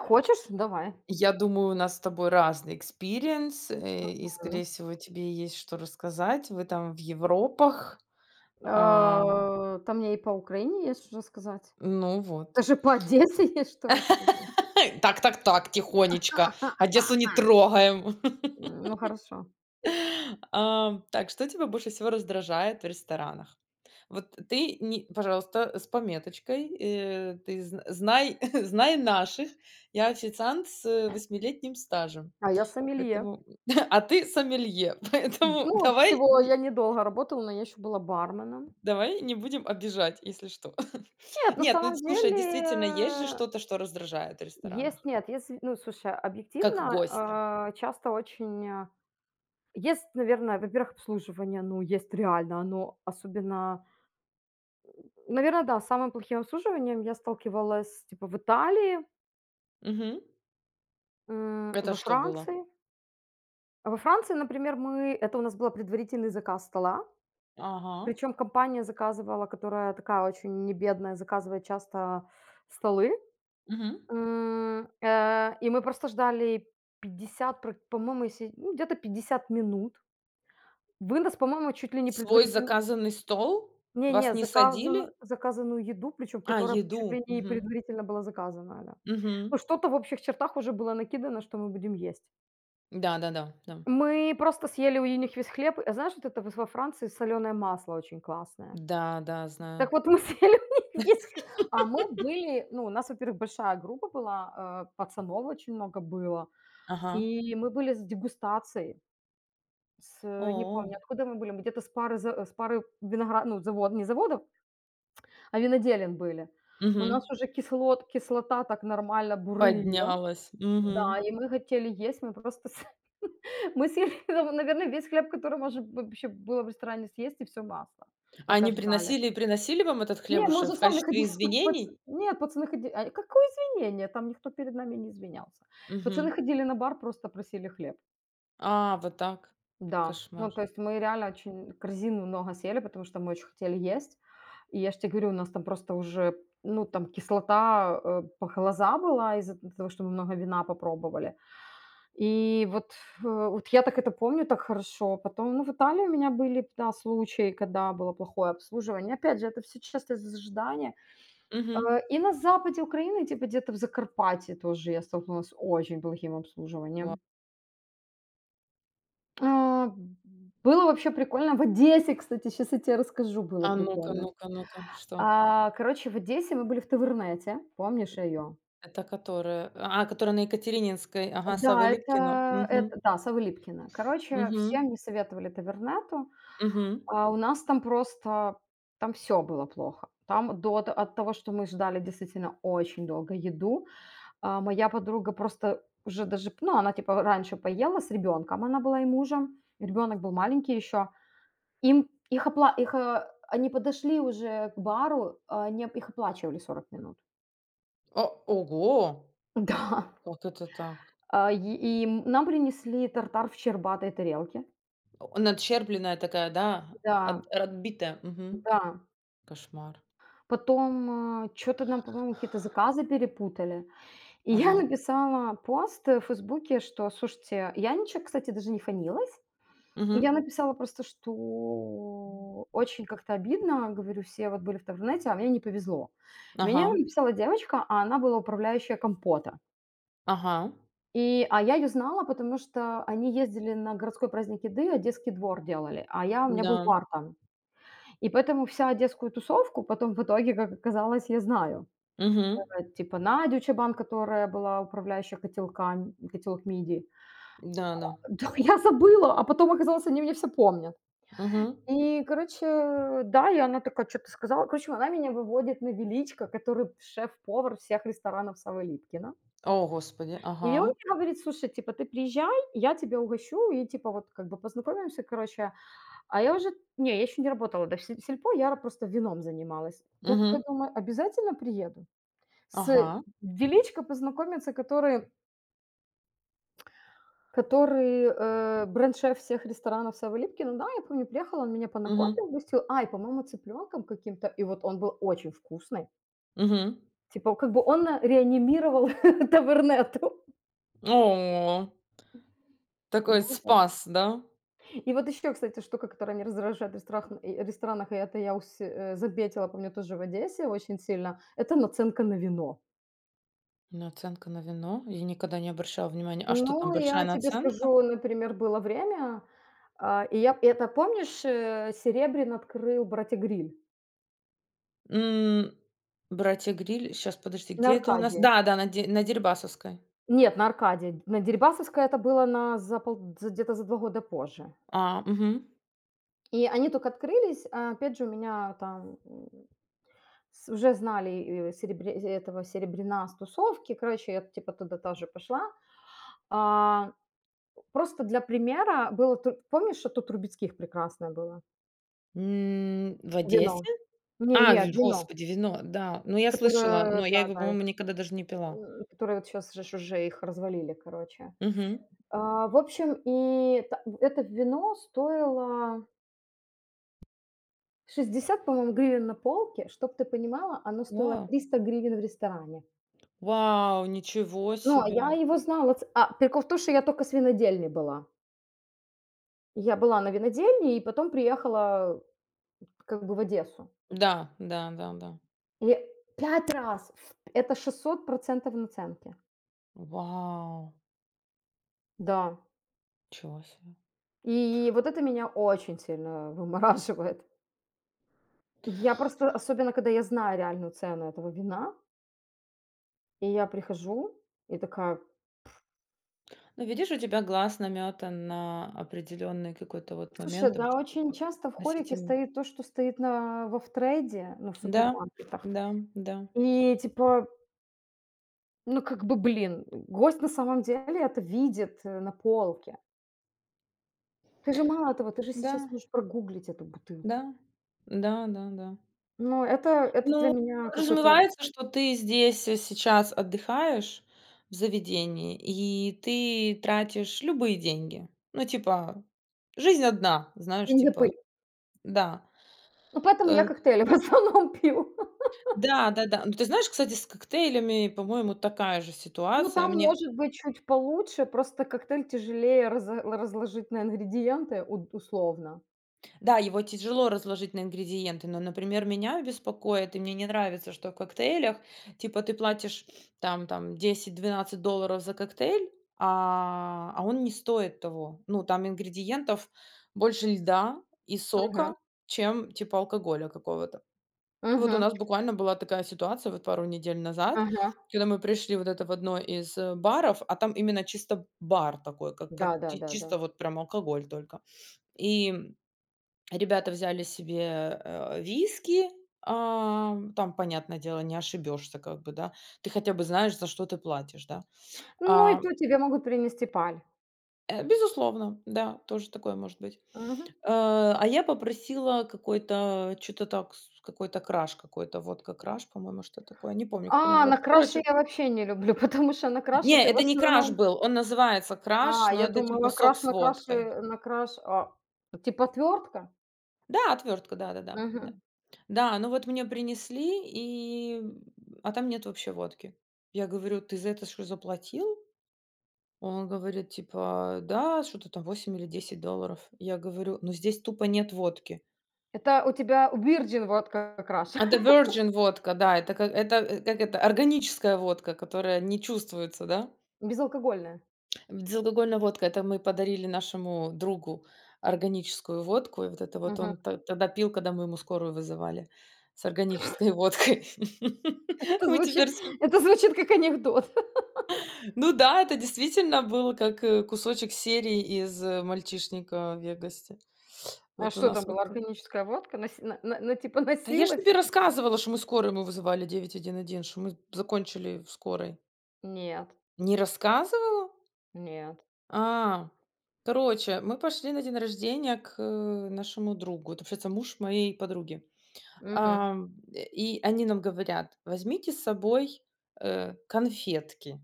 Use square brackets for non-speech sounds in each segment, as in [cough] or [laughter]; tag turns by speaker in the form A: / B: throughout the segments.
A: Хочешь? Давай.
B: Я думаю, у нас с тобой разный экспириенс, и,
A: Мгм.
B: скорее всего, тебе есть что рассказать. Вы там в Европах. А,
A: Там мне и по Украине есть что рассказать.
B: ну вот.
A: Даже по Одессе [laughs] есть что рассказать.
B: [laughs] Так, так, так, тихонечко. Одессу не
A: [laughs]
B: трогаем. [laughs]
A: Ну, хорошо.
B: А, так, что тебя больше всего раздражает в ресторанах? Вот ты, не, пожалуйста, с пометочкой. Ты знай, [laughs] знай наших. Я официант с восьмилетним стажем.
A: А я сомелье.
B: Поэтому, [laughs] а ты сомелье, [laughs] поэтому
A: Ну,
B: давай.
A: всего я недолго работала, но я еще была барменом.
B: Давай не будем обижать, если что. [laughs]
A: Нет, на
B: Нет, ну
A: самом
B: слушай,
A: деле,
B: действительно, есть же
A: э,
B: что-то, что раздражает в
A: есть,
B: ресторанах,
A: нет, есть, ну, слушай,
B: как гостя.
A: объективно, часто очень, есть, наверное, во-первых, обслуживание, ну, есть реально, оно особенно, наверное, да, с самым плохим обслуживанием я сталкивалась, типа, в Италии.
B: Мгм.
A: М,
B: Это
A: во
B: что было?
A: Франции во Франции, например, мы это у нас был предварительный заказ стола.
B: Ага.
A: Причем компания заказывала, которая такая очень небедная, заказывает часто столы.
B: Мгм.
A: И мы просто ждали 50, пр по-моему, если, ну, где-то 50 минут. Вынос, по-моему, чуть ли не
B: Свой
A: предварительно,
B: заказанный стол? Вас
A: не-не,
B: не садили?
A: заказанную еду, причем
B: А,
A: которая чуть ли
B: еду.
A: не
B: Мгм.
A: предварительно была заказана, да.
B: Мгм.
A: Ну, что-то в общих чертах уже было накидано, что мы будем есть.
B: Да-да-да, да.
A: Мы просто съели у них весь хлеб. А знаешь, вот это вот во Франции соленое масло очень классное.
B: Да-да, знаю.
A: Так вот мы [laughs] съели у них весь хле... А мы были, ну, у нас, во-первых, большая группа была, пацанов очень много было,
B: Ага.
A: и мы были с дегустацией, не
B: О.
A: помню, откуда мы были, мы где-то с пары виноград, ну, завод, не заводов, а виноделен были. У нас
B: Мгм.
A: уже кислота так нормально бурлила.
B: Поднялась.
A: Да,
B: Мгм.
A: и мы хотели есть, мы просто с [laughs] мы съели, там, наверное, весь хлеб, который можно б вообще было в ресторане съесть, и все масло,
B: А
A: пока
B: они
A: ждали.
B: приносили и приносили вам этот
A: Не, мы
B: хлебушек
A: уже
B: в
A: сами
B: качестве
A: ходили, [laughs] пац
B: извинений?
A: нет, пацаны ходили. А какое извинение? Там никто перед нами не извинялся.
B: Мгм.
A: Пацаны ходили на бар, просто просили хлеб.
B: А, вот так.
A: Да,
B: Кошмар.
A: ну, то есть мы реально очень корзину много съели, потому что мы очень хотели есть. И я ж тебе говорю, у нас там просто уже, ну, там кислота, по глаза была из-за того, что мы много вина попробовали. И вот я так это помню так хорошо. Потом, ну, в Италии у меня были, да, случаи, когда было плохое обслуживание. Опять же, это все часто из-за ожидания. Э,
B: Мгм.
A: и на западе Украины, типа где-то в Закарпатье, тоже я столкнулась с очень плохим
B: Во
A: обслуживанием. А, было вообще прикольно. В Одессе, кстати, сейчас я тебе расскажу, было
B: А ну-ка,
A: прикольно.
B: ну-ка, ну-ка, что?
A: А, короче, в Одессе мы были в тавернете. Помнишь ее?
B: Это которая? А, которая на Екатерининской, ага, Савы
A: Да,
B: Липкина.
A: это
B: Угу.
A: это, да, Савы Липкина. Короче,
B: Угу.
A: всем не советовали тавернету.
B: Мгм.
A: А у нас там просто, там все было плохо. Там до т от того, что мы ждали действительно очень долго еду, а моя подруга просто уже даже, ну, она типа раньше поела с ребенком, она была и мужем, ребенок был маленький еще. Им их опла их, э, они подошли уже к бару, а они об их оплачивали 40 минут.
B: О, ого!
A: [laughs] Да,
B: Как это так?
A: а, и нам принесли тартар в щербатой тарелке.
B: О, надщербленная такая, да?
A: Да,
B: От Отбитая. Мгм.
A: да.
B: Кошмар.
A: Потом, что то нам, по-моему, какие-то заказы перепутали. И я
B: Ага.
A: написала пост в "Фейсбуке", что, слушайте, я ничего, кстати, даже не фанилась.
B: Угу.
A: Я написала просто, что очень как-то обидно, говорю, все вот были в Тавернете, а мне не повезло. Меня
B: Ага.
A: написала девочка, а она была управляющая Компота.
B: Ага.
A: И, а я ее знала, потому что они ездили на городской праздник еды, Одесский двор делали, а я, у меня был
B: Да.
A: бар там. И поэтому вся одесскую тусовку потом в итоге, как оказалось, я знаю.
B: Угу.
A: Типа Надю Чабан, которая была управляющая котелками котелок "Миди".
B: Да-да.
A: Да, я забыла, а потом оказалось, они мне все помнят.
B: Угу.
A: И, короче, да, и она такая что то сказала. Короче, она меня выводит на Величко, который шеф-повар всех ресторанов Савы.
B: О, господи.
A: И он
B: Ага.
A: мне говорит: "Слушай, типа, ты приезжай, я тебя угощу, и, типа, вот как бы познакомимся, короче". А я уже не, я еще не работала даже в сельпо, я просто вином занималась. Я такая
B: Угу.
A: думаю: "Обязательно приеду?" С
B: Ага.
A: Величко познакомиться, который... Который, бренд-шеф всех ресторанов Савы Липкина. Да, я помню, приехала, он меня по
B: Угу.
A: накоте угостил. А, и, по-моему, цыпленком каким-то. И вот он был очень вкусный.
B: Угу.
A: Типа, как бы он, реанимировал [laughs] тавернету.
B: О! Такой
A: Ну да.
B: спас, да?
A: И вот еще, кстати, штука, которая меня раздражает в ресторанах, и это запетила, помню, тоже в Одессе очень сильно — это наценка на вино.
B: Наценка на вино? Я никогда не обращала внимания. А что там,
A: Ну,
B: большая
A: я тебе
B: наценка?
A: скажу, например, было время, а, и я, это, помнишь, Серебрин открыл "Братья Гриль"
B: М, "Братья Грилль". Щас, подожди,
A: на
B: где это у нас?
A: Аркадии?
B: Да, да, на Дерибасовской.
A: Нет, на "Аркаде". На Дерибасовской это было на за пол за где-то за 2 года позже.
B: А, угу.
A: И они только открылись. А, опять же, у меня там, с уже знали, э, серебре этого Серебряна с тусовки. Короче, я типа туда тоже пошла. А, просто для примера, было тут, помнишь, что тут Трубецких прекрасное было?
B: В
A: Вино.
B: Одессе? А,
A: Не-не,
B: ви
A: вино,
B: господи, вино, да. Ну, я слышала,
A: которое,
B: но я его,
A: да-да,
B: по-моему,
A: их,
B: никогда даже не пила.
A: которое вот сейчас уже их развалили, короче.
B: Угу.
A: А, в общем, и та это вино стоило 60, по-моему, гривен на полке, чтоб ты понимала, оно стоило
B: Вау.
A: 300 гривен в ресторане.
B: Вау, ничего
A: Ну, а я
B: себе!
A: его знала. Ц а, прикол в том, что я только с винодельни была. Я была на винодельне и потом приехала как бы в Одессу.
B: Да, да, да, да.
A: И 5 раз в это, 600 наценки.
B: Вау,
A: Да.
B: ничего себе.
A: И вот это меня очень сильно вымораживает. Я просто, особенно когда я знаю реальную цену этого вина, и я прихожу и такая...
B: Ну, видишь, у тебя глаз наметан на определенный какой-то вот момент,
A: Слушай,
B: там,
A: да,
B: типа,
A: очень
B: как
A: часто в хорике
B: относительно.
A: стоит то, что стоит на во втрейде, ну, в
B: Да,
A: супермаркетах.
B: да, да,
A: И типа, ну, как бы, блин, гость на самом деле это видит, на полке. Ты же, мало того, ты же сейчас
B: да,
A: можешь прогуглить эту
B: да,
A: бутылку.
B: да, да, да.
A: Ну, это для
B: Ну,
A: меня какой-то
B: подразумевается, что ты здесь и сейчас отдыхаешь в заведении, и ты тратишь любые деньги. Ну, типа, жизнь одна, знаешь, типа,
A: пыль.
B: да.
A: Ну, поэтому
B: Э,
A: я коктейли [laughs] в основном пью.
B: да, да-да. Ну, ты знаешь, кстати, с коктейлями, по-моему, такая же
A: Ну,
B: ситуация.
A: там
B: Мне
A: может быть чуть получше, просто коктейль тяжелее разо разложить на ингредиенты уд условно.
B: Да, его тяжело разложить на ингредиенты, но, например, меня беспокоит, и мне не нравится, что в коктейлях, типа, ты платишь там 10-12 долларов за коктейль, а он не стоит того. Ну, там ингредиентов больше льда и
A: Ага,
B: сока, чем, типа, алкоголя какого-то. Вот у
A: ага,
B: нас буквально была такая ситуация вот пару недель назад,
A: ага.
B: когда мы пришли вот это в одно из, баров, а там именно чисто бар такой, как чи
A: Да-да-да-да.
B: чисто вот прям алкоголь только. И ребята взяли себе, виски, там, понятное дело, не ошибешься как бы, да. Ты хотя бы знаешь, за что ты платишь, да.
A: Ну, и
B: А,
A: то тебе могут принести паль.
B: безусловно, да, тоже такое может быть.
A: Мгм.
B: Э, а я попросила какой-то, что то так, с какой-то краш, какой-то водка краш, по-моему, что такое, не помню, как он
A: А, на
B: называется.
A: краше
B: Короче,
A: я вообще не люблю, [laughs] потому что на
B: не,
A: краше ты в
B: это не краш
A: основном...
B: был, он называется краш,
A: А,
B: но
A: я
B: это типа
A: думала,
B: сок
A: краш,
B: с
A: на краше,
B: водкой.
A: на краш, а типа отвертка?
B: Да, отвертка, да, да, да.
A: Мгм.
B: Да, ну вот мне принесли, и, а там нет вообще водки. Я говорю: "Ты за это что, заплатил?" Он говорит, типа: "Да, что-то там $8 или $10". Я говорю: "Ну, здесь тупо нет водки".
A: Это у тебя Virgin водка краш,
B: Это
A: [laughs]
B: virgin водка, да, это как это, как это, органическая водка, которая не чувствуется, да.
A: безалкогольная.
B: Безалкогольная водка — это мы подарили нашему другу органическую водку, и вот это вот
A: Мгм.
B: он то тогда пил, когда мы ему скорую вызывали, с органической водкой. [laughs]
A: Это
B: Мы
A: звучит
B: теперь
A: это звучит как анекдот. [laughs]
B: Ну да, это действительно было как, кусочек серии из, "Мальчишника в Вегасе".
A: А
B: Вот у
A: что
B: нас
A: там
B: вот
A: была,
B: так.
A: органическая водка? Наси на типа
B: Да я ж
A: носилась
B: тебе
A: я какая?
B: рассказывала, что мы скорую мы вызывали 911, что мы закончили в скорой.
A: Нет,
B: Не рассказывала?
A: нет.
B: А, короче, мы пошли на день рождения к, нашему другу. Это, получается, муж моей подруги.
A: Мгм.
B: Ам, и они нам говорят: "Возьмите с собой, конфетки".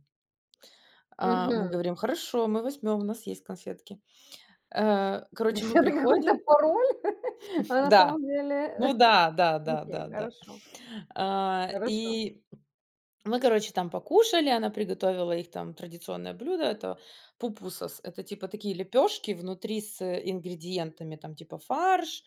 B: А, мы
A: Мгм.
B: говорим: "Хорошо, мы возьмем, у нас есть конфетки". Короче,
A: [laughs]
B: мы
A: Это какой-то
B: приходим.
A: пароль, [laughs] а на
B: Да,
A: самом
B: ну
A: деле...
B: да, да, да, да,
A: Окей,
B: да.
A: хорошо,
B: А,
A: хорошо.
B: и мы, короче, там покушали, она приготовила их там традиционное блюдо — это пупусос. Это типа такие лепешки внутри с ингредиентами, там типа фарш,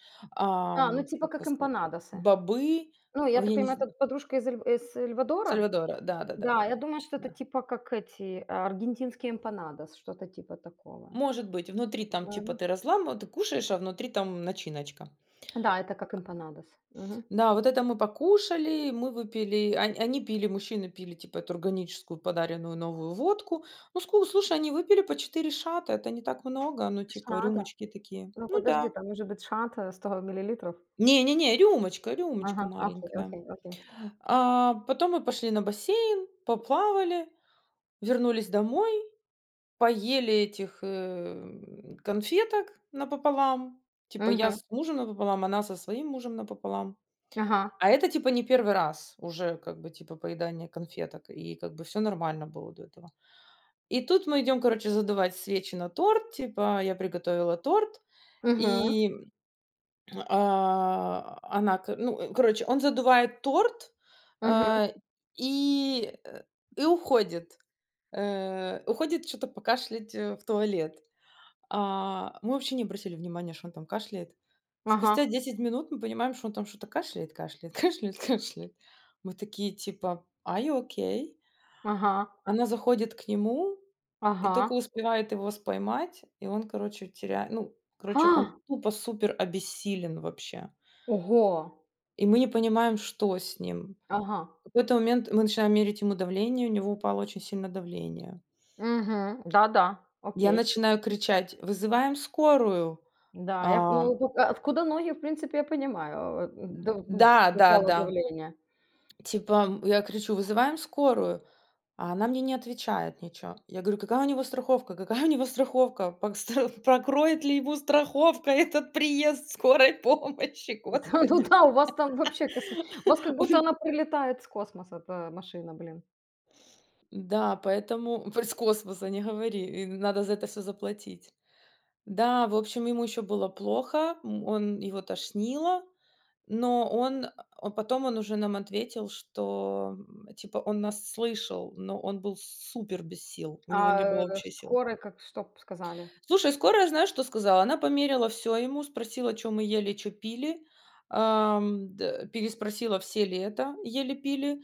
A: А, ну, типа
B: как его
A: как
B: сказать,
A: эмпанадосы.
B: бобы,
A: Ну,
B: в
A: я так
B: я не
A: понимаю,
B: зн
A: это подружка из Эль из Сальвадора?
B: Сальвадора, да-да-да-да-да, да. Да,
A: Да,
B: да,
A: я думаю, что
B: да.
A: это
B: Да.
A: типа как эти, а, аргентинские эмпанадос, что-то типа такого.
B: Может быть, внутри там типа
A: Мгм.
B: ты разламываешь, ты кушаешь, а внутри там начиночка.
A: Да, это как эмпанадос. Мгм.
B: Да, вот это мы покушали, мы выпили, он они пили, мужчины пили, типа, эту органическую подаренную новую водку. Ну, ску слушай, они выпили по 4 шата, это не так много, ну, типа,
A: Шата?
B: рюмочки такие.
A: Ну,
B: Ну
A: подожди,
B: да.
A: там может быть шата 100 миллилитров?
B: Не-не-не, рюмочка,
A: Ага,
B: рюмочка
A: окей,
B: маленькая.
A: окей, окей.
B: А, потом мы пошли на бассейн, поплавали, вернулись домой, поели этих, конфеток напополам. Типа, я
A: Мгм.
B: с мужем напополам, она со своим мужем напополам.
A: Ага.
B: А это типа не первый раз уже как бы типа поедание конфеток, и как бы все нормально было до этого. И тут мы идем, короче, задувать свечи на торт, типа я приготовила торт,
A: Мгм.
B: и, а, она к ну, короче, он задувает торт,
A: Мгм.
B: а, и, э, и уходит. Уходит что то покашлять, в туалет. А, мы вообще не обратили внимания, что он там кашляет.
A: Ага.
B: Спустя 10 минут мы понимаем, что он там что-то кашляет, кашляет, [laughs] кашляет, кашляет. Мы такие типа: "Are you okay?"
A: Ага.
B: Она заходит к нему и
A: Ага.
B: только успевает его споймать, и он, короче, теряет, ну, короче, он
A: А!
B: тупо супер обессилен вообще.
A: Ого!
B: И мы не понимаем, что с ним.
A: Ага.
B: В какой-то момент мы начинаем мерить ему давление, у него упало очень сильно давление.
A: Мгм. Да-да.
B: Я
A: Окей.
B: начинаю кричать: "Вызываем скорую!"
A: Да, я,
B: А,
A: ну, тут а откуда ноги, в принципе, я понимаю, э, дав
B: д да,
A: что
B: да,
A: упало
B: да.
A: давление. [laughs]
B: Типа, я кричу: "Вызываем скорую". А она мне не отвечает ничего. Я говорю: "Какая у него страховка? Какая у него страховка? Пак стра Покроет ли ему страховка этот приезд скорой помощи,
A: Да, ну
B: Господи?"
A: да, у вас там вообще косм у вас как будто
B: Он
A: она прилетает с космоса, эта машина, блин.
B: Да, поэтому [laughs] про с космоса не говори, и надо за это все заплатить. Да, в общем, ему еще было плохо, он его тошнило. Но он, Потом он уже нам ответил, что, типа, он нас слышал, но он был супер без сил, у
A: А,
B: него не было вообще сил.
A: скорой как что б сказали?
B: Слушай, скорая, знаешь, что сказала? Она померила все ему, спросила, чё мы ели, чё пили. Ам, д Переспросила, все ли это ели, пили.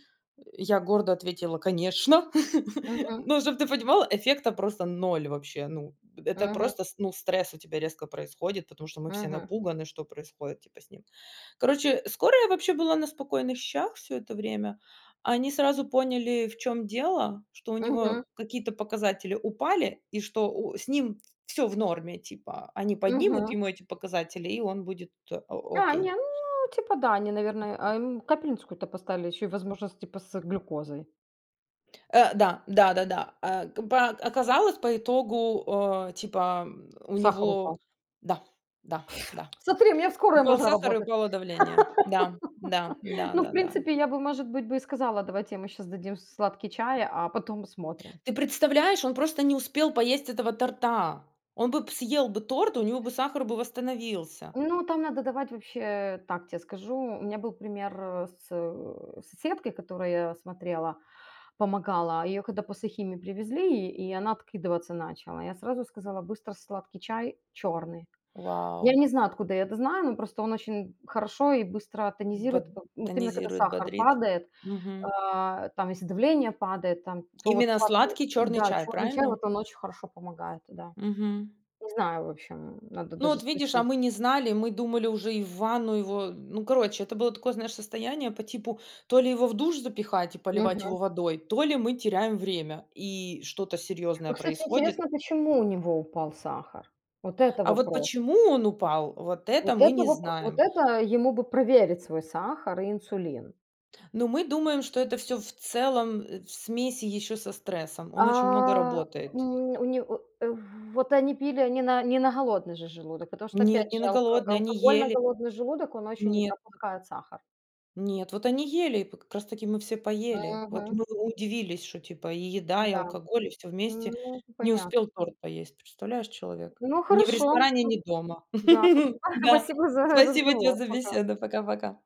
B: Я гордо ответила: "Конечно". [laughs]
A: Мгм,
B: Ну, чтобы ты понимала, эффекта просто ноль вообще. Ну, это
A: мгм,
B: просто стресс у тебя резко происходит, потому что мы все
A: мгм,
B: напуганы, что происходит, типа, с ним. Короче, скорая вообще была на спокойных щах все это время. Они сразу поняли, в чем дело, что у него
A: мгм,
B: какие-то показатели упали и что у с ним все в норме, типа. Они поднимут
A: мгм.
B: ему эти показатели, и он будет э, о
A: А,
B: окей.
A: не, ну, типа да, они, наверное, а им капельницу какую-то поставили, еще и возможность типа с глюкозой.
B: Да, да-да-да. А, к ба оказалось по итогу, типа, у
A: Сахар
B: него
A: упал.
B: да, да, да.
A: Смотри, мне в скорой
B: Упал
A: можно
B: сахар и
A: работать.
B: упало давление. Да, да,
A: Ну, в
B: да-да-да.
A: принципе, я бы, может быть, бы и сказала: "Давайте мы сейчас дадим сладкий чай, а потом смотрим".
B: Ты представляешь, он просто не успел поесть этого торта. Он бы съел бы торт, у него бы сахар бы восстановился.
A: Ну, там надо давать вообще, так тебе скажу. У меня был пример, с, соседкой, которой я смотрела, помогала. Ее когда после химии привезли, и она откидываться начала. Я сразу сказала: "Быстро сладкий чай черный". Я
B: Вау!
A: не знаю, откуда я это знаю, но просто он очень хорошо и быстро
B: Бод
A: тонизирует. П вот именно когда
B: Тонизирует,
A: сахар
B: бодрит.
A: падает.
B: Мгм.
A: А, там, если давление падает, там, то вот
B: Именно
A: сладкий,
B: сладкий черный
A: да,
B: чай,
A: черный чай,
B: правильно?
A: вот он очень хорошо помогает, да.
B: Мгм.
A: Не знаю, в общем, надо
B: Ну
A: даже
B: вот видишь, а
A: спросить.
B: мы не знали, мы думали уже и в ванну его, ну, короче, это было такое, знаешь, состояние по типу: то ли его в душ запихать и поливать
A: Мгм.
B: его водой, то ли мы теряем время и что-то серьезное
A: Ну, кстати,
B: происходит.
A: интересно, почему у него упал сахар? Вот это
B: А вот
A: вопрос.
B: почему он упал, вот это
A: Вот
B: мы
A: это
B: не
A: вопро вот
B: знаем.
A: это ему бы проверить свой сахар и инсулин.
B: Но мы думаем, что это все в целом, в смеси еще со стрессом. Он
A: А,
B: очень много
A: м,
B: работает.
A: у него, вот они пили не на голодный же желудок, потому что,
B: Нет,
A: опять
B: не
A: же,
B: на голодный, они
A: алкоголь на
B: ели.
A: голодный желудок, он очень
B: Нет.
A: опускает сахар.
B: Нет, вот они ели, и п как раз таки мы все поели. Вот
A: Мгм.
B: мы удивились, что типа и еда, и
A: Да.
B: алкоголь, и все вместе.
A: Ну,
B: Не
A: понятно.
B: успел торт поесть, представляешь, человек.
A: Ну,
B: Ни в
A: хорошо.
B: ресторане, ни дома.
A: Да, спасибо.
B: [laughs]
A: [laughs]
B: Да.
A: Спасибо за
B: Спасибо тебе
A: разговор.
B: за
A: Пока.
B: беседу. Пока-пока.